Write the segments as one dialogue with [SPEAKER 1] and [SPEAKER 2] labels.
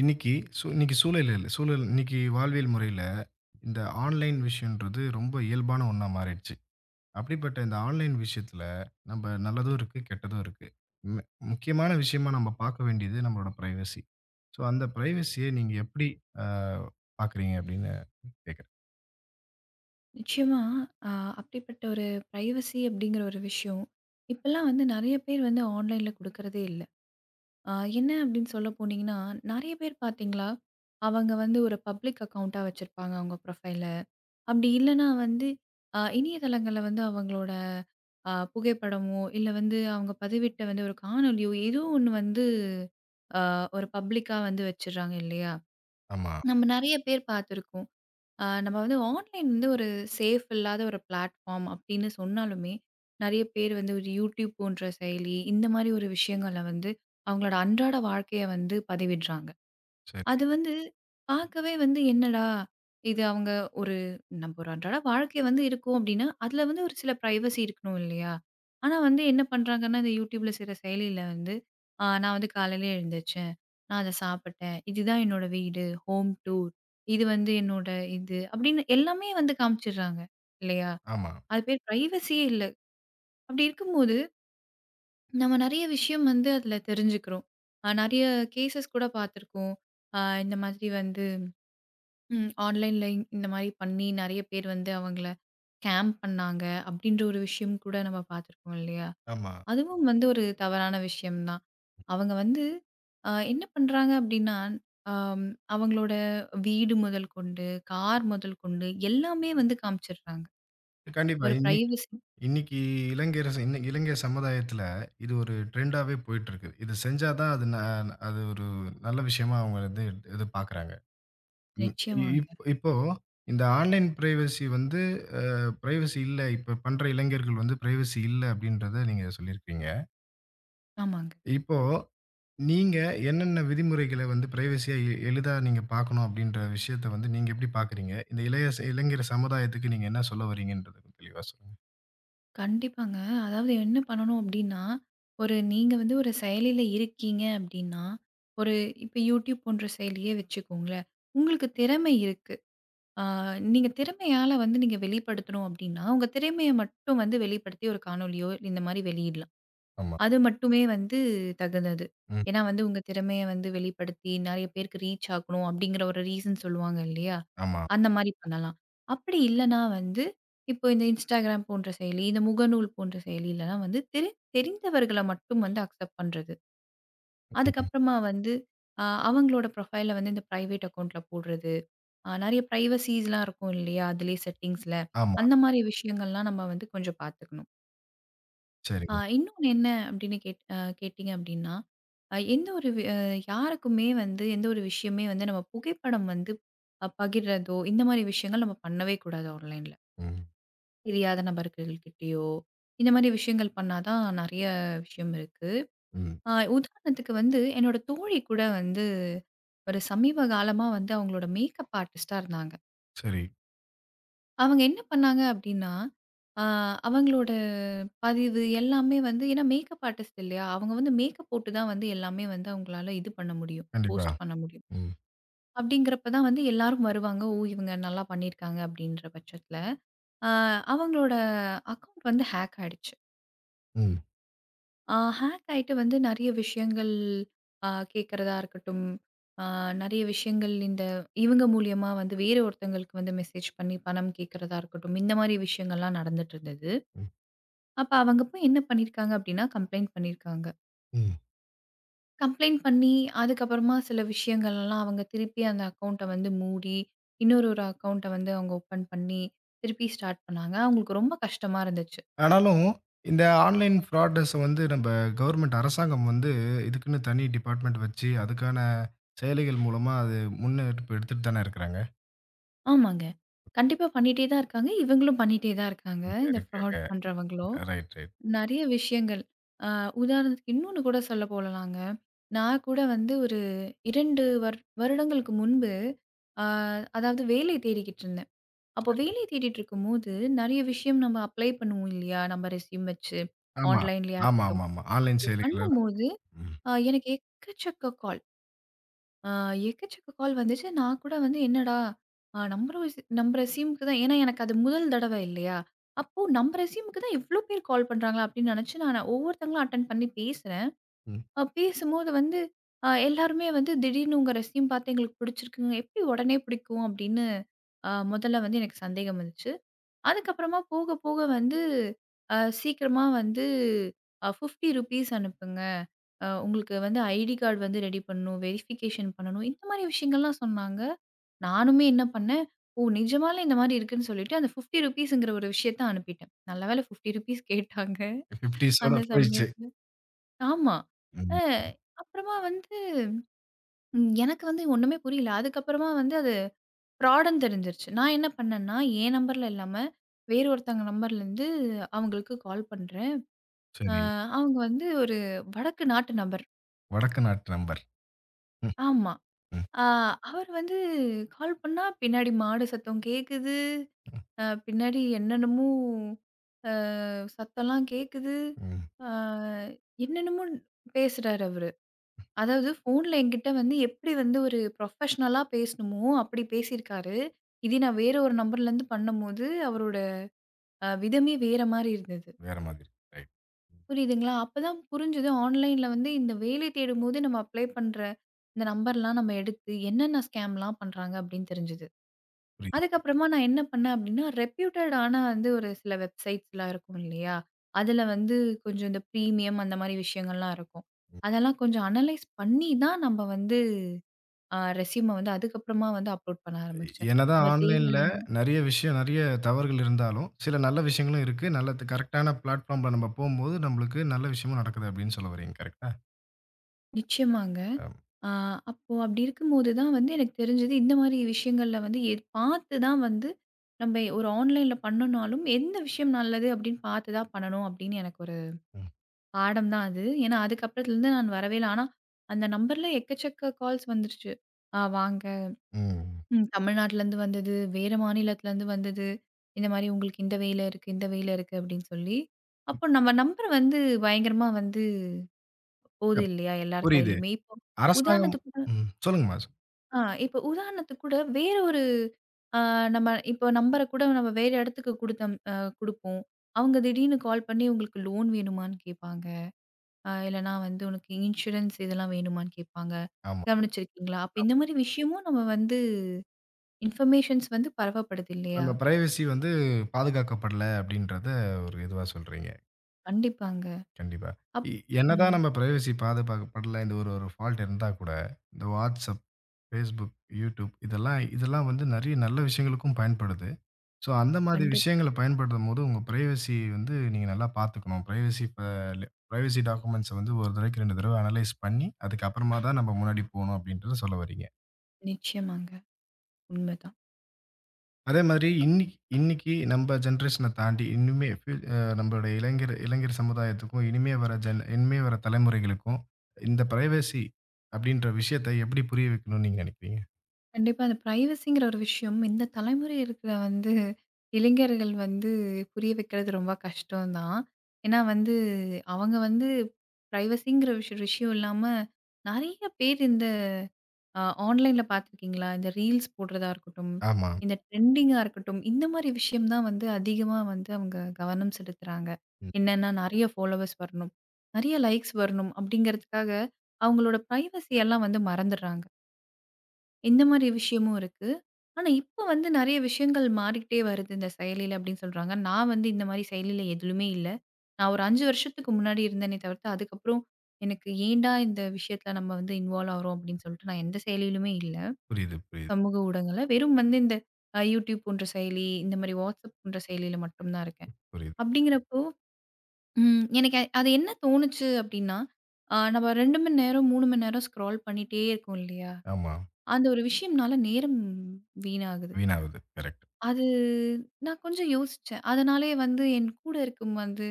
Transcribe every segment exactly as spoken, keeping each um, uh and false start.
[SPEAKER 1] இன்னைக்கு சூ இன்னைக்கு சூழல் இல்ல சூழல் இன்னைக்கு வாழ்வியல் முறையில, இந்த ஆன்லைன் விஷயம்ன்றது ரொம்ப இயல்பான ஒண்ணா மாறிடுச்சு. அப்படிப்பட்ட இந்த ஆன்லைன் விஷயத்துல, நம்ப நல்லதும் இருக்கு, கெட்டதும் இருக்கு. மு முக்கியமான விஷயமா நம்ம பார்க்க வேண்டியது நம்மளோட பிரைவசி. ஸோ, அந்த பிரைவசிய நீங்க எப்படி அ பார்க்குறீங்க அப்படின்னு கேட்குறேன்.
[SPEAKER 2] நிச்சயமா, அ அப்படிப்பட்ட ஒரு பிரைவசி அப்படிங்கிற ஒரு விஷயம், இப்பலாம் வந்து நெறைய பேர் வந்து ஆன்லைன்ல குடுக்கறதே இல்ல. அ என்ன அப்படின்னு சொல்ல போனீங்கன்னா, நெறைய பேர் பார்த்தீங்களா, அவங்க வந்து ஒரு பப்ளிக் அக்கவுண்ட்டா வச்சிருப்பாங்க அவங்க ப்ரொஃபைல. அப்படி இல்லன்னா வந்து, அ இணையதளங்கள்ல வந்து அவங்களோட அ புகைப்படமோ, இல்ல வந்து அவங்க பதிவிட்ட வந்து ஒரு காணொளியோ, ஏதோ ஒண்ணு வந்து அ ஒரு பப்ளிக்கா வந்து வச்சுர்றாங்க இல்லையா?
[SPEAKER 1] ஆமா.
[SPEAKER 2] நம்ம நெறைய பேர் பார்த்துருக்கோம். ஆ, நம்ம வந்து ஆன்லைன் வந்து ஒரு சேஃப் இல்லாத ஒரு பிளாட்ஃபார்ம் அப்படின்னு சொன்னாலுமே, நெறைய பேர் வந்து ஒரு YouTube போன்ற செயலி, இந்த மாரி ஒரு விஷயங்கள்ல வந்து அவங்களோட அன்றாட வாழ்க்கைய வந்து பதிவிடுறாங்க.
[SPEAKER 1] சரி.
[SPEAKER 2] அது வந்து பார்க்கவே வந்து என்னடா! இது அவங்க ஒரு நம்ம ஒரு அன்றாட வாழ்க்கை வந்து இருக்கும் அப்டின்னா, அதுல வந்து ஒரு சில பிரைவசி இருக்கணும் இல்லையா? ஆனா வந்து என்ன பண்றாங்கன்னா, இந்த YouTubeல சில செயலில வந்து, ஆ நான் வந்து காலையில எழுந்திரிச்சேன். நான் அத சாப்பிட்டேன். இதுதான் என்னோட வீடு. Home tour. இது வந்து என்னோட இது அப்டின்னு எல்லாமே வந்து காமிச்சிடுறாங்க இல்லையா?
[SPEAKER 1] ஆமா,
[SPEAKER 2] அது பேர் பிரைவசியே இல்ல. அப்டி இருக்கும்போது, நம்ம நெறைய விஷயம் வந்து அதுல தெரிஞ்சுக்கிறோம். அ நெறைய கேஸஸ் கூட பார்த்துருக்கோம். ஆ இந்த மாதிரி வந்து ம். ஆன்லைன்ல இந்த மாரி பண்ணி நெறைய பேர் வந்து அவங்கள ஸ்கேம் பண்ணாங்க. அப்படின்ற ஒரு விஷயம் கூட நம்ம பார்த்துருக்கோம் இல்லையா?
[SPEAKER 1] ஆமா.
[SPEAKER 2] அதுவும் வந்து ஒரு தவறான விஷயம் தான். அவங்க வந்து அ என்ன பண்றாங்க அப்படின்னா, அம் அவங்களோட வீடு முதல் கொண்டு, கார் முதல் கொண்டு எல்லாமே வந்து காமிச்சிடுறாங்க.
[SPEAKER 1] கண்டிப்பா.
[SPEAKER 2] ஒரு
[SPEAKER 1] இன்னைக்கு
[SPEAKER 2] பிரைவசி
[SPEAKER 1] இன்னைக்கு இளைஞர் இன்ன இளைஞர் சமுதாயத்துல இது ஒரு ட்ரெண்டாவே போயிட்டு இருக்கு. இது செஞ்சா தான் அது ந அது ஒரு நல்ல விஷயமா அவங்க வந்து இது பார்க்குறாங்க. ம். இ-
[SPEAKER 2] நிச்சயமாங்க.
[SPEAKER 1] இப் இப்போ இந்த ஆன்லைன் பிரைவசி வந்து அ பிரைவசி இல்ல. இப்ப பண்ற இளைஞர்கள் வந்து பிரைவசி இல்ல அப்படின்றத நீங்க சொல்லியிருக்கீங்க.
[SPEAKER 2] ஆமாங்க.
[SPEAKER 1] இப்போ நீங்க என்னென்ன விதிமுறைகள வந்து பிரைவசியா எ எளிதா நீங்க பார்க்கணும் அப்படின்ற விஷயத்த வந்து நீங்க எப்படி பார்க்குறீங்க? இந்த இளைய ச- இளைஞர் சமுதாயத்துக்கு நீங்க என்ன சொல்ல வரீங்கன்றத தெளிவா சொல்லுங்க.
[SPEAKER 2] கண்டிப்பாங்க. அதாவது என்ன பண்ணணும் அப்டின்னா, ஒரு நீங்க வந்து ஒரு செயலில இருக்கீங்க அப்டின்னா, ஒரு இப்ப YouTube போன்ற செயலியே வச்சுக்கோங்களேன். உங்களுக்கு திறமை இருக்கு. ஆ நீங்க திறமையால வந்து நீங்க வெளிப்படுத்தணும் அப்டின்னா, உங்க திறமைய மட்டும் வந்து வெளிப்படுத்தி ஒரு காணொளியோ இந்த மாரி வெளியிடலாம்.
[SPEAKER 1] ஆமா.
[SPEAKER 2] அது மட்டுமே வந்து தகுந்தது.
[SPEAKER 1] ம்.
[SPEAKER 2] ஏன்னா வந்து உங்க திறமைய வந்து வெளிப்படுத்தி நெறைய பேருக்கு ரீச் ஆகணும் அப்டிங்கிற ஒரு ரீசன் சொல்லுவாங்க இல்லையா?
[SPEAKER 1] ஆமா.
[SPEAKER 2] அந்த மாரி பண்ணலாம். அப்படி இல்லன்னா வந்து இப்போ இந்த Instagram போன்ற செயலி, இந்த முகநூல் போன்ற செயலிலலாம் வந்து தெரி தெரிந்தவர்கள மட்டும் வந்து அக்செப்ட் பண்றது.
[SPEAKER 1] ம்.
[SPEAKER 2] அதுக்கப்புறமா வந்து அ அவங்களோட ப்ரொஃபைல வந்து இந்த பிரைவேட் அக்கவுண்ட்ல போடுறது. அ நெறைய பிரைவசிஸ்லாம் இருக்கும் இல்லையா? அதிலயே செட்டிங்ஸ்ல.
[SPEAKER 1] ஆமா.
[SPEAKER 2] அந்த மாரி விஷயங்கள்லாம் நம்ம வந்து கொஞ்சம் பார்த்துக்கணும். ஆ
[SPEAKER 1] சரிங்க.
[SPEAKER 2] இன்னொன்னு என்ன அப்படின்னு கேட் அ கேட்டீங்க அப்படின்னா, அ எந்த ஒரு வி அ யாருக்குமே வந்து எந்த ஒரு விஷயமே வந்து நம்ம புகைப்படம் வந்து அ பகிர்றதோ, இந்த மாரி விஷயங்கள் நம்ம பண்ணவே கூடாது ஆன்லைன்ல.
[SPEAKER 1] ம்,
[SPEAKER 2] தெரியாத நபர்கள்கிட்டயோ, இந்த மாரி விஷயங்கள் பண்ணா தான் நெறைய விஷயம் இருக்கு.
[SPEAKER 1] ம்.
[SPEAKER 2] அ உதாரணத்துக்கு வந்து என்னோட தோழி கூட வந்து ஒரு சமீப காலமா வந்து அவங்களோட மேக்கப் ஆர்டிஸ்ட்டா இருந்தாங்க.
[SPEAKER 1] சரி.
[SPEAKER 2] அவங்க என்ன பண்ணாங்க அப்டின்னா, ஆ அவங்களோட பதிவு எல்லாமே வந்து ஏன்னா மேக்கப் ஆர்டிஸ்ட் இல்லையா? அவங்க வந்து மேக்கப் போட்டு தான் வந்து எல்லாமே வந்து அவங்களால இது பண்ண முடியும்.
[SPEAKER 1] கண்டிப்பா.
[SPEAKER 2] போஸ்ட் பண்ண முடியும்.
[SPEAKER 1] ம்,
[SPEAKER 2] அப்டிங்கிறப்ப தான் வந்து எல்லாரும் வருவாங்க. ஓ! இவங்க நல்லா பண்ணியிருக்காங்க அப்டின்ற பட்சத்துல. ஆ அவங்களோட அக்கவுண்ட் வந்து ஹேக் ஆயிடுச்சு.
[SPEAKER 1] ம்,
[SPEAKER 2] ஆ ஹேக் ஆயிட்டு வந்து நெறைய விஷயங்கள் ஆ கேட்கறதா இருக்கட்டும், ஆ நெறைய விஷயங்கள் இந்த இவங்க மூலியமா வந்து வேற ஒருத்தவங்களுக்கு வந்து மெசேஜ் பண்ணி பணம் கேட்கறதா இருக்கட்டும், இந்த மாரி விஷயங்கள்லாம் நடந்துட்டு இருந்தது.
[SPEAKER 1] ம்,
[SPEAKER 2] அப்ப அவங்க போய் என்ன பண்ணியிருக்காங்க அப்டின்னா, கம்ப்ளைண்ட் பண்ணியிருக்காங்க.
[SPEAKER 1] ம்.
[SPEAKER 2] கம்ப்ளைண்ட் பண்ணி, அதுக்கப்புறமா சில விஷயங்கள்லாம் அவங்க திருப்பி அந்த அக்கவுண்ட்ட வந்து மூடி, இன்னொரு ஒரு அக்கவுண்ட்ட வந்து அவங்க ஓப்பன் பண்ணி, திருப்பி ஸ்டார்ட் பண்ணாங்க. அவங்களுக்கு ரொம்ப கஷ்டமா இருந்துச்சு.
[SPEAKER 1] ஆனாலும், இந்த ஆன்லைன் ஃப்ராட்னஸ் வந்து நம்ப கவர்மெண்ட் அரசாங்கம் வந்து இதுக்குன்னு தனி டிபார்ட்மெண்ட் வச்சு, அதுக்கான செயலிகள் மூலமா அது முன்னெடுப்பு எடுத்துட்டு தானே இருக்கிறாங்க.
[SPEAKER 2] ஆமாங்க. கண்டிப்பா பண்ணிட்டே தான் இருக்காங்க. இவங்களும் பண்ணிட்டே தான் இருக்காங்க. இந்த
[SPEAKER 1] இருக்காங்க.
[SPEAKER 2] ஃப்ராட் பண்றவங்களும்.
[SPEAKER 1] Right, right.
[SPEAKER 2] நெறைய விஷயங்கள். அ உதாரணத்துக்கு இன்னொன்னு கூட சொல்ல போலலாங்க. நான் கூட வந்து ஒரு இரண்டு வரு வருடங்களுக்கு முன்பு, அ அதாவது வேலை தேடிக்கிட்டு இருந்தேன். அப்போ வேலை தேடிட்டு இருக்கும்போது, நெறைய விஷயம் நம்ம அப்ளை பண்ணுவோம் இல்லையா? நம்ம ரெஸ்யூம் வச்சு,
[SPEAKER 1] ஆமா.
[SPEAKER 2] ஆன்லைன்லயா
[SPEAKER 1] ஆமா,
[SPEAKER 2] இருக்கட்டும்.
[SPEAKER 1] ஆமா, ஆமா. ஆன்லைன்
[SPEAKER 2] அப்போ
[SPEAKER 1] செயலிகள் எல்லாம்.
[SPEAKER 2] பண்ணும்போது,
[SPEAKER 1] ம்,
[SPEAKER 2] அ எனக்கு எக்கச்சக்க கால். அ எக்கச்சக்க கால் வந்துச்சு. நான் கூட வந்து என்னடா! அ நம்ம ரெஸ் நம்ம ரெஸ்யூம்க்கு தான் ஏன்னா எனக்கு அது முதல் தடவ இல்லையா? அப்போ நம்ம ரெஸ்யூம்க்கு தான் இவ்ளோ பேர் கால் பண்றாங்களா? அப்படின்னு நெனச்சு நான் ஒவ்வொருத்தங்களும் அட்டெண்ட் பண்ணி பேசுறேன்.
[SPEAKER 1] ம்.
[SPEAKER 2] அ பேசும்போது வந்து அ எல்லாருமே வந்து திடீர்னு உங்க ரெஸ்யூம் பாத்து எங்களுக்கு பிடிச்சிருக்குங்க. எப்படி உடனே பிடிக்கும்? அப்படின்னு அ முதல்ல வந்து எனக்கு சந்தேகம் வந்துச்சு. அதுக்கப்புறமா போக போக வந்து அ சீக்கிரமா வந்து அ ₹ஐம்பது அனுப்புங்க. அ உங்களுக்கு வந்து ஐடி கார்டு வந்து ரெடி பண்ணணும், வெரிஃபிகேஷன் பண்ணணும். இந்த மாரி விஷயங்கள்லாம் சொன்னாங்க. நானுமே என்ன பண்ணேன், ஓ! நிஜமாலே இந்த மாரி இருக்குன்னு சொல்லிட்டு அந்த ₹50ங்கிற ஒரு விஷயத்த அனுப்பிட்டேன். நல்ல வேளை ₹ஐம்பது கேட்டாங்க
[SPEAKER 1] ஐம்பதோட
[SPEAKER 2] அந்த
[SPEAKER 1] போயிடுச்சு.
[SPEAKER 2] சமயத்துல. ஆமா.
[SPEAKER 1] ம்.
[SPEAKER 2] அ அப்புறமா வந்து ம் எனக்கு வந்து ஒண்ணுமே புரியல. அதுக்கப்புறமா வந்து அது ஃப்ராடுன்னு தெரிஞ்சிருச்சு. நான் என்ன பண்ணேன்னா, என் நம்பர்ல இல்லாம வேறு ஒருத்தவங்க நம்பர்லேருந்து அவங்களுக்கு கால் பண்றேன். அ
[SPEAKER 1] சரி.
[SPEAKER 2] அவங்க வந்து ஒரு வடக்கு நாட்டு நபர்.
[SPEAKER 1] வடக்கு நாட்டு நண்பர். ம்,
[SPEAKER 2] ஆமா.
[SPEAKER 1] ம்,
[SPEAKER 2] அ அவர் வந்து கால் பண்ணா பின்னாடி மாடு சத்தம் கேக்குது.
[SPEAKER 1] ம்,
[SPEAKER 2] அ பின்னாடி என்னென்னமோ அ சத்தம்லாம் கேக்குது.
[SPEAKER 1] ம்.
[SPEAKER 2] அ என்னென்னமோ பேசுறாரு அவரு. அதாவது ஃபோன்ல என்கிட்ட வந்து எப்படி வந்து ஒரு ப்ரொஃபஷ்னலா பேசணுமோ, அப்படி பேசியிருக்காரு. இதே நான் வேற ஒரு நம்பர்லேருந்து பண்ணும்போது அவரோட அ விதமே வேற மாரி இருந்தது.
[SPEAKER 1] வேற மாதிரி. ரைட்.
[SPEAKER 2] புரியுதுங்களா? அப்பதான் புரிஞ்சது ஆன்லைன்ல வந்து இந்த வேலை தேடும்போது நம்ம அப்ளை பண்ற இந்த நம்பர்லாம் நம்ம எடுத்து என்னென்ன ஸ்கேம்லாம் பண்றாங்க அப்டின்னு தெரிஞ்சது.
[SPEAKER 1] புரியுது. புரியுது.
[SPEAKER 2] அதுக்கப்புறமா நான் என்ன பண்ணேன் அப்டின்னா, ரெப்யூட்டட் ஆன வந்து ஒரு சில வெப்சைட்ஸ்லாம் இருக்கும் இல்லையா? அதுல வந்து கொஞ்சம் இந்த ப்ரீமியம் அந்த மாரி விஷயங்கள்லாம் இருக்கும். அதெல்லாம் கொஞ்சம் அனலைஸ் பண்ணி தான் நம்ம வந்து அ ரெஸ்யூம வந்து அதுக்கப்புறமா வந்து அப்லோட் பண்ண ஆரம்பிச்சேன்.
[SPEAKER 1] என்னதான்
[SPEAKER 2] நம்ம
[SPEAKER 1] ஆன்லைன்ல
[SPEAKER 2] தேவையில்லாம
[SPEAKER 1] நெறைய விஷயம், நெறைய தவறுகள் இருந்தாலும், சில நல்ல விஷயங்களும் இருக்கு. நல்ல த் கரெக்ட்டான பிளாட்ஃபார்ம்ல நம்ம போம்போது, நம்மளுக்கு நல்ல விஷயமும் நடக்குது அப்படின்னு சொல்ல வர்றீங்க. கரெக்ட்டா?
[SPEAKER 2] நிச்சயமாங்க.
[SPEAKER 1] அம்.
[SPEAKER 2] ஆ, அப்போ அப்படி இருக்கும்போது தான் வந்து எனக்கு தெரிஞ்சது, இந்த மாரி விஷயங்கள்ல வந்து எ பார்த்து தான் வந்து நம்ம ஒரு ஆன்லைன்ல பண்ணனாலும், எந்த விஷயம் நல்லது அப்படின்னு பார்த்து தான் பண்ணணும் அப்படின்னு எனக்கு ஒரு
[SPEAKER 1] ம்.
[SPEAKER 2] பாடம் தான் அது. ஏன்னா, அதுக்கப்புறத்துலருந்து நான் வரவே இல்ல. ஆனா, அந்த நம்பர்ல எக்கச்சக்க கால்ஸ் வந்துருச்சு. ஆ வாங்க,
[SPEAKER 1] ம்.
[SPEAKER 2] ம் தமிழ்நாட்டுலருந்து வந்தது, வேற மாநிலத்துலருந்து வந்தது. இந்த மாரி உங்களுக்கு இந்த வேலை இருக்கு, இந்த வேலை இருக்கு அப்படின்னு சொல்லி. அப்போ நம்ம நம்பர் வந்து பயங்கரமா வந்து போகுது
[SPEAKER 1] இல்ல
[SPEAKER 2] இல்லையா எல்லார்
[SPEAKER 1] புரியுது.
[SPEAKER 2] கையிலயுமே. இப்போ
[SPEAKER 1] அரசாங்கம்.
[SPEAKER 2] உதாரணத்துக்கு
[SPEAKER 1] ம். சொல்லுங்கம்மா. சொ-
[SPEAKER 2] ஆ இப்ப உதாரணத்துக்கு கூட வேற ஒரு ஆ நம்ம இப்போ நம்பர கூட நம்ம வேற இடத்துக்கு குடுத்தம் அ குடுப்போம். அவங்க திடீர்னு கால் பண்ணி உங்களுக்கு லோன் வேணுமான்னு கேட்பாங்க. அ இல்லன்னா வந்து உனக்கு இன்சூரன்ஸ் இதெல்லாம் வேணுமான்னு கேட்பாங்க.
[SPEAKER 1] ஆமா.
[SPEAKER 2] கவனிச்சிருக்கீங்களா? அப்ப இந்த மாரி விஷயமும் நம்ம வந்து இன்ஃபர்மேஷன்ஸ் வந்து பரவப்படுது இல்லையா?
[SPEAKER 1] நம்ம பிரைவசி வந்து பாதுகாக்கப்படல அப்படின்றத ஒரு இதுவா சொல்றீங்க.
[SPEAKER 2] கண்டிப்பாங்க.
[SPEAKER 1] கண்டிப்பா.
[SPEAKER 2] அப்
[SPEAKER 1] இ
[SPEAKER 2] ம்.
[SPEAKER 1] என்னதான் நம்ம பிரைவசி பாதுகாக்கப்படல, இந்த ஒரு ஒரு ஃபால்ட் இருந்தா கூட, இந்த WhatsApp, Facebook, YouTube இதெல்லாம் இதெல்லாம் வந்து நெறைய நல்ல விஷயங்களுக்கும் பயன்படுது. ஸோ, அந்த மாதிரி விஷயங்கள
[SPEAKER 2] கண்டிப்பாங்க.
[SPEAKER 1] பயன்படுத்தும்போது, உங்க பிரைவசி வந்து நீங்க நல்லா பார்த்துக்கணும். பிரைவசி ப ல பிரைவசி டாக்குமெண்ட்ஸ வந்து ஒரு தடவைக்கு இரண்டு தடவ அனலைஸ் பண்ணி, அதுக்கப்புறமா தான் நம்ம முன்னாடி போணும் அப்படின்றத சொல்ல வர்றீங்க.
[SPEAKER 2] நிச்சயமாங்க. உண்மதான்.
[SPEAKER 1] அதே மாதிரி இன்னிக்கு இன்னிக்கு நம்ம ஜெனரேஷன தாண்டி இன்னுமே ஃபியூ அ நம்மளுடைய இளைஞர் இளைஞர் சமுதாயத்துக்கும், இனிமே வர ஜென் இனிமே வர தலைமுறைகளுக்கும் இந்த பிரைவசி அப்படின்ற விஷயத்த எப்படி புரிய வைக்கணும்னு நீங்க நினைக்கிறீங்க?
[SPEAKER 2] கண்டிப்பா. அந்த பிரைவசிங்கிற ஒரு விஷயம் இந்த தலைமுறை இருக்கிற வந்து இளைஞர்கள் வந்து புரிய வைக்கிறது ரொம்ப கஷ்டம் தான். ஏன்னா வந்து அவங்க வந்து பிரைவசிங்கிற விஷ விஷயம் இல்லாம நெறைய பேர் இந்த அ ஆன்லைன்ல பார்த்துருக்கீங்களா? இந்த ரீல்ஸ் போடுறதா இருக்கட்டும்,
[SPEAKER 1] ஆமா.
[SPEAKER 2] இந்த ட்ரெண்டிங்கா இருக்கட்டும், இந்த மாரி விஷயம் தான் வந்து அதிகமா வந்து அவங்க கவனம் செலுத்துறாங்க.
[SPEAKER 1] ம்.
[SPEAKER 2] என்னன்னா நெறைய ஃபாலோவர்ஸ் வரணும், நெறைய லைக்ஸ் வரணும் அப்படிங்கிறதுக்காக அவங்களோட பிரைவசி எல்லாம் வந்து மறந்துடுறாங்க. இந்த மாரி விஷயமும் இருக்கு. ஆனா, இப்ப வந்து நெறைய விஷயங்கள் மாறிக்கிட்டே வருது இந்த செயலில அப்படின்னு சொல்றாங்க. நான் வந்து இந்த மாரி செயலில எதுலுமே இல்ல. நான் ஒரு ஐந்து வருஷத்துக்கு முன்னாடி இருந்தேனே தவிர்த்து, அதுக்கப்புறம் எனக்கு ஏன்டா இந்த விஷயத்துல நம்ம வந்து இன்வால்வ் ஆகுறோம் அப்படின்னு சொல்லிட்டு நான் எந்த செயலியிலுமே இல்ல.
[SPEAKER 1] புரியுது, புரியுது,
[SPEAKER 2] சமூக ஊடகங்கள்ல வெறும் வந்து இந்த அ YouTube போன்ற செயலி, இந்த மாரி WhatsApp போன்ற செயலியில மட்டும் தான் இருக்கேன்.
[SPEAKER 1] புரியுது.
[SPEAKER 2] அப்படிங்கிறப்போ ம் எனக்கு அ- அது என்ன தோணுச்சு அப்படின்னா, அ நம்ம இரண்டு மணி நேரம், மூன்று மணி நேரம் ஸ்க்ரால் பண்ணிட்டே இருக்கோம் இல்லையா?
[SPEAKER 1] ஆமா.
[SPEAKER 2] அந்த ஒரு விஷயம்னால நேரம் வீணாகுது.
[SPEAKER 1] வீணாவுது. கரெக்ட்.
[SPEAKER 2] அது நான் கொஞ்சம் யோசிச்சேன். அதனாலேயே வந்து என் கூட இருக்கும் வந்து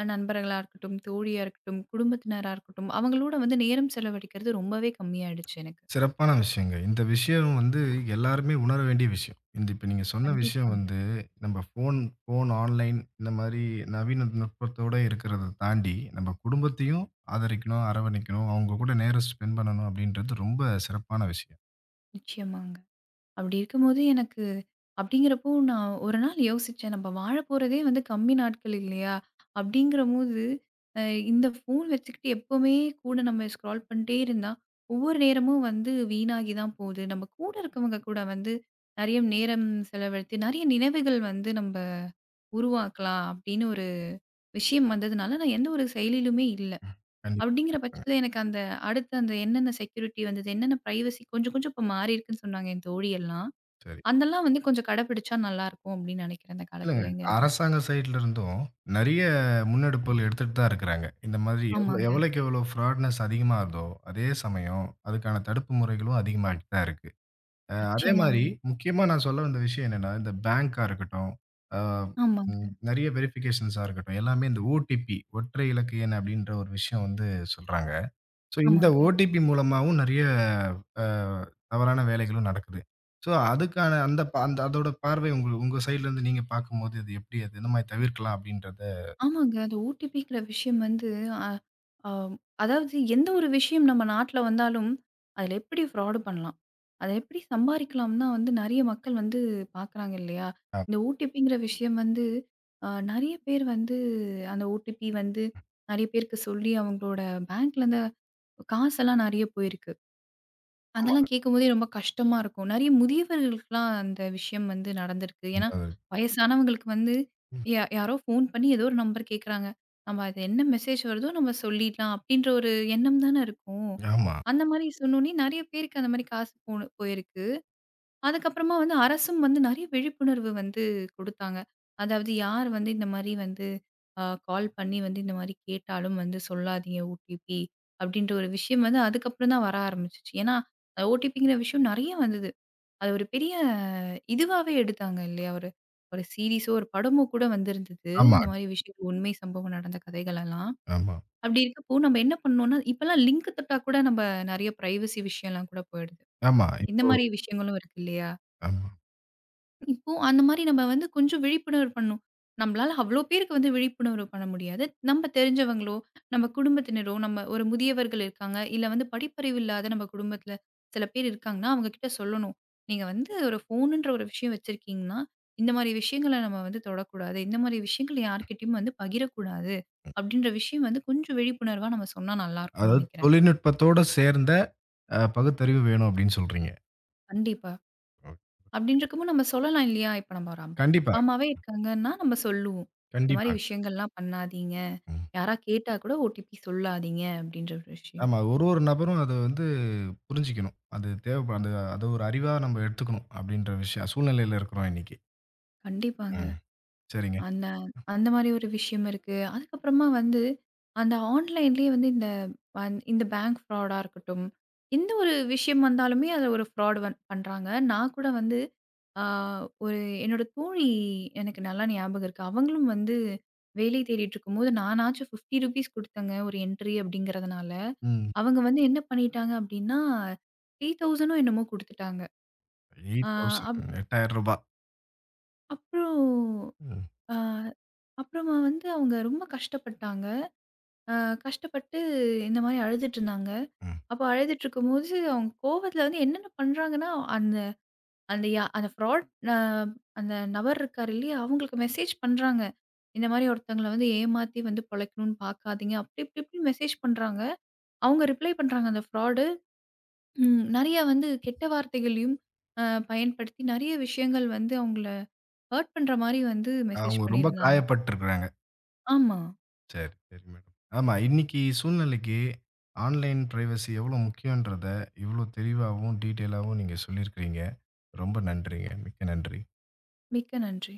[SPEAKER 2] அ நண்பர்களா இருக்கட்டும், தோழியா இருக்கட்டும், குடும்பத்தினரா இருக்கட்டும், அவங்களோட வந்து நேரம் செலவழிக்கிறது ரொம்பவே கம்மியாயிடுச்சு எனக்கு.
[SPEAKER 1] சிறப்பான விஷயங்க. இந்த விஷயம் வந்து எல்லாருமே உணர வேண்டிய விஷயம். இந்த இப்ப நீங்க சொன்ன விஷயம்
[SPEAKER 2] கண்டிப்பாங்க.
[SPEAKER 1] வந்து, நம்ம ஃபோன் ஃபோன் ஆன்லைன் இந்த மாரி நவீன நுட்பத்தோட இருக்கிறத தாண்டி, நம்ம குடும்பத்தையும் ஆதரிக்கணும், அரவணைக்கணும், அவங்க கூட நேரம் ஸ்பெண்ட் பண்ணணும் அப்படின்றது ரொம்ப சிறப்பான விஷயம்.
[SPEAKER 2] நிச்சயமாங்க. அப்படி இருக்கும்போது எனக்கு அப்படிங்கிறப்போ நான் ஒரு நாள் யோசிச்சேன், "நம்ம வாழப்போறதே வந்து கம்மி நாட்கள் இல்லையா?" அப்படிங்கிறபோது, அ இந்த ஃபோன் வச்சுக்கிட்டு எப்பவுமே கூட நம்ம ஸ்க்ரால் பண்ணிட்டே இருந்தா, ஒவ்வொரு நேரமும் வந்து வீணாகி தான் போகுது. நம்ம கூட இருக்கவங்க கூட வந்து நெறைய நேரம் செலவழித்து, நெறைய நினைவுகள் வந்து நம்ம உருவாக்கலாம் அப்படின்னு ஒரு விஷயம் வந்ததுனால, நான் எந்த ஒரு செயலிலுமே இல்ல.
[SPEAKER 1] ம். கண்டிப்பா,
[SPEAKER 2] அப்படிங்கிற
[SPEAKER 1] கண்டிப்பாங்க.
[SPEAKER 2] பட்சத்தில எனக்கு அந்த அடுத்த அந்த என்னென்ன செக்யூரிட்டி வந்தது, என்னென்ன பிரைவசி கொஞ்சம் கொஞ்சம் இப்ப மாறியிருக்குன்னு சொன்னாங்க என் தோழியெல்லாம்.
[SPEAKER 1] சரி.
[SPEAKER 2] அதெல்லாம் வந்து கொஞ்சம் கடைபிடிச்சா நல்லாருக்கும் அப்படின்னு நினைக்கிறேன் இந்த காலத்து
[SPEAKER 1] இல்லங்க,
[SPEAKER 2] இளைஞர்கள்.
[SPEAKER 1] அரசாங்க சைட்ல இருந்தும் நெறைய முன்னெடுப்புகள் எடுத்துட்டு தான் இருக்கிறாங்க. இந்த மாதிரி எவ்ளோ
[SPEAKER 2] ஆமாங்க.
[SPEAKER 1] எவ்வளோக்கு எவ்வளோ ஃப்ராட்னஸ் அதிகமாகுதோ, அதே சமயம் அதுக்கான தடுப்பு முறைகளும் அதிகமாயிட்டு தான் இருக்கு. அ அதே
[SPEAKER 2] நிச்சயமாங்க.
[SPEAKER 1] மாரி, முக்கியமா நான் சொல்ல வந்த விஷயம் என்னன்னா, இந்த பேங்க்கா இருக்கட்டும், அ
[SPEAKER 2] ஆமாங்க,
[SPEAKER 1] ம் நெறைய வெரிஃபிகேஷன்ஸா இருக்கட்டும், எல்லாமே இந்த ஓடிபி ஒற்றை இலக்கு எண் அப்படின்ற ஒரு விஷயம் வந்து சொல்றாங்க. ஸோ, இந்த
[SPEAKER 2] ஆமாங்க,
[SPEAKER 1] ஓடிபி மூலமாவும் நெறைய அ தவறான வேலைகளும் நடக்குது. ஸோ, அதுக்கான அந்த ப அந்த அதோட பார்வை உங்க உங்க சைட்ல இருந்து நீங்க பார்க்கும்போது, இது எப்படி அது எந்த மாரி தவிர்க்கலாம் அப்படின்றத.
[SPEAKER 2] ஆமாங்க. அந்த ஓடிபிங்கிற விஷயம் வந்து அ அ அதாவது எந்த ஒரு விஷயம் நம்ம நாட்ல வந்தாலும், அதில எப்படி ஃப்ராடு பண்ணலாம்? அத எப்படி சம்பாரிக்கலாம் தான் வந்து நெறைய மக்கள் வந்து பார்க்குறாங்க இல்லையா? இந்த ஓடிபிங்கிற விஷயம் வந்து அ நெறைய பேர் வந்து அந்த ஓடிபி வந்து நெறைய பேருக்கு சொல்லி அவங்களோட பேங்க்ல இருந்து காசெல்லாம் நெறைய போயிருக்கு.
[SPEAKER 1] ஆமா.
[SPEAKER 2] அதெல்லாம் கேட்கும்போதே ரொம்ப கஷ்டமா இருக்கும். நெறைய முதியவர்களுக்குலாம் அந்த விஷயம் வந்து நடந்திருக்கு. ஏன்னா, வயசானவங்களுக்கு வந்து
[SPEAKER 1] ம்.
[SPEAKER 2] யா யாரோ ஃபோன் பண்ணி ஏதோ ஒரு நம்பர் கேட்குறாங்க. நம்ம அது என்ன மெசேஜ் வருதோ நம்ம சொல்லிடலாம் அப்படின்ற ஒரு எண்ணம் தானே இருக்கும்.
[SPEAKER 1] ஆமா,
[SPEAKER 2] அந்த மாரி சொன்னோனே நெறைய பேருக்கு அந்த மாரி காசு போன போயிருக்கு. அதுக்கப்புறமா வந்து அரசும் வந்து நெறைய விழிப்புணர்வு வந்து குடுத்தாங்க. அதாவது யார் வந்து இந்த மாரி வந்து அ கால் பண்ணி வந்து இந்த மாரி கேட்டாலும் வந்து சொல்லாதீங்க ஓடிபி அப்டின்ற ஒரு விஷயம் வந்து அதுக்கப்புறம் தான் வர ஆரம்பிச்சுச்சு. ஏன்னா ஓடிபிங்கிற விஷயம் நெறைய வந்தது. அது ஒரு பெரிய இதுவாவே எடுத்தாங்க இல்லையா? ஒரு ஒரு சீரிஸோ ஒரு படமோ கூட வந்திருந்தது.
[SPEAKER 1] ஆமா,
[SPEAKER 2] இந்த மாரி விஷயங்கள் உண்மை சம்பவம் நடந்த கதைகள் எல்லாம்.
[SPEAKER 1] ஆமா,
[SPEAKER 2] அப்டி இருக்கப்போ நம்ம என்ன பண்ணோம்னா, இப்பலாம் லிங்க் தட்டா கூட நம்ம நெறைய பிரைவசி விஷயம்லாம் கூட போயிடுது.
[SPEAKER 1] ஆமா.
[SPEAKER 2] இந்த
[SPEAKER 1] இப்போ
[SPEAKER 2] மாரி விஷயங்களும் இருக்கு இல்லையா?
[SPEAKER 1] ஆமா.
[SPEAKER 2] இப்போ அந்த மாரி நம்ம வந்து கொஞ்சம் விழிப்புணர்வு பண்ணணும். நம்மளால அவ்ளோ பேருக்கு வந்து விழிப்புணர்வு பண்ண முடியாது. நம்ம தெரிஞ்சவங்களோ, நம்ம குடும்பத்தினரோ, நம்ம ஒரு முதியவர்கள் இருக்காங்க, இல்ல வந்து படிப்பறிவு இல்லாத நம்ம குடும்பத்தில சில பேர் இருக்காங்கன்னா, அவங்க கிட்ட சொல்லணும். நீங்க வந்து ஒரு ஃபோனுன்ற ஒரு விஷயம் வச்சிருக்கீங்கன்னா, இந்த மாரி விஷயங்கள நம்ம வந்து தொடக்கூடாது. இந்த மாரி விஷயங்கள யார்கிட்டயும் வந்து பகிரக்கூடாது. அப்படின்ற விஷயம் வந்து கொஞ்சம் விழிப்புணர்வா நம்ம சொன்னா நல்லாருக்கும்னு
[SPEAKER 1] அதாவது
[SPEAKER 2] நெனைக்கிறேன்.
[SPEAKER 1] தொழில்நுட்பத்தோட சேர்ந்த அ பகுத்தறிவு வேணும் அப்படின்னு சொல்றீங்க.
[SPEAKER 2] கண்டிப்பா.
[SPEAKER 1] ஓ.
[SPEAKER 2] அப்படின்றக்கும்போது நம்ம சொல்லலாம் இல்லையா? இப்ப நம்ம ஒரு அம்
[SPEAKER 1] கண்டிப்பா,
[SPEAKER 2] அப்பா, அம்மாவே இருக்காங்கன்னா, நம்ம சொல்லுவோம். இந்த மாரி
[SPEAKER 1] கண்டிப்பா.
[SPEAKER 2] விஷயங்கள்லாம் பண்ணாதீங்க.
[SPEAKER 1] ம்.
[SPEAKER 2] யாரா கேட்டா கூட ஓடிபி சொல்லாதீங்க அப்படின்ற ஒரு விஷயம்.
[SPEAKER 1] ஆமா. ஒரு ஒரு நபரும் அத வந்து புரிஞ்சுக்கணும். அது தேவைப்ப அந்த அத ஒரு அறிவா நம்ம எடுத்துக்கணும் அப்டின்ற விஷயம் சூழ்நிலையில இருக்கிறோம் இன்னைக்கு.
[SPEAKER 2] கண்டிப்பாங்க.
[SPEAKER 1] ம். சரிங்க.
[SPEAKER 2] அந்த அந்த மாரி ஒரு விஷயம் இருக்கு. அதுக்கப்புறமா வந்து, அந்த ஆன்லைன்லேயே வந்து இந்த வந் இந்த பேங்க் ஃப்ராடா இருக்கட்டும், எந்த ஒரு விஷயம் வந்தாலுமே அதில ஒரு ஃப்ராட் வந் பண்றாங்க. நான் கூட வந்து ஆ ஒரு என்னோட தோழி எனக்கு நல்லா ஞாபகம் இருக்கு. அவங்களும் வந்து வேலை தேடிட்டு இருக்கும்போது, நானாச்சும் ₹ஐம்பது குடுத்தேங்க ஒரு என்ட்ரி அப்படிங்கிறதுனால.
[SPEAKER 1] ம்.
[SPEAKER 2] அவங்க வந்து என்ன பண்ணிட்டாங்க அப்படின்னா, மூவாயிரம் என்னமோ குடுத்துட்டாங்க. ஆ
[SPEAKER 1] எட்டாயிரம்
[SPEAKER 2] அப்
[SPEAKER 1] ரூ. எட்டாயிரம்.
[SPEAKER 2] அப்புறம்
[SPEAKER 1] ம்.
[SPEAKER 2] ஆ, அப்புறமா வந்து அவங்க ரொம்ப கஷ்டப்பட்டாங்க. அ கஷ்டப்பட்டு இந்த மாரி அழுதுட்டுருந்தாங்க.
[SPEAKER 1] ம்.
[SPEAKER 2] அப்போ அழுதுட்டுருக்கும்போது, அவங்க கோவத்துல வந்து என்னென்ன பண்றாங்கன்னா, அந்த அந்த யா அந்த ஃப்ராட் அ அந்த நபர் இருக்காரு இல்லையா? அவங்களுக்கு மெசேஜ் பண்றாங்க. இந்த மாரி ஒருத்தங்கள வந்து ஏமாத்தி வந்து பொழைக்கணும்னு பாக்காதீங்க. அப்படி இப்படி இப்படி மெசேஜ் பண்றாங்க. அவங்க ரிப்ளை பண்றாங்க அந்த ஃப்ராடு. ம் நெறைய வந்து கெட்ட வார்த்தைகளையும் அ பயன்படுத்தி நெறைய விஷயங்கள் வந்து அவங்கள ஹர்ட் பண்ற மாரி வந்து மெசேஜ்
[SPEAKER 1] அவங்க ரொம்ப
[SPEAKER 2] பண்ணியிருந்தாங்க.
[SPEAKER 1] காயப்பட்டுருக்கிறாங்க.
[SPEAKER 2] ஆமா.
[SPEAKER 1] சரி, சரி மேடம். ஆமா. இன்னைக்கு சூழ்நிலைக்கு ஆன்லைன் பிரைவசி எவ்வளோ முக்கியன்றத இவ்வளோ தெளிவாவும், டீட்டெயில் ஆவும் நீங்க சொல்லியிருக்கிறீங்க. ரொம்ப நன்றிங்க. மிக்க நன்றி.
[SPEAKER 2] மிக்க நன்றி.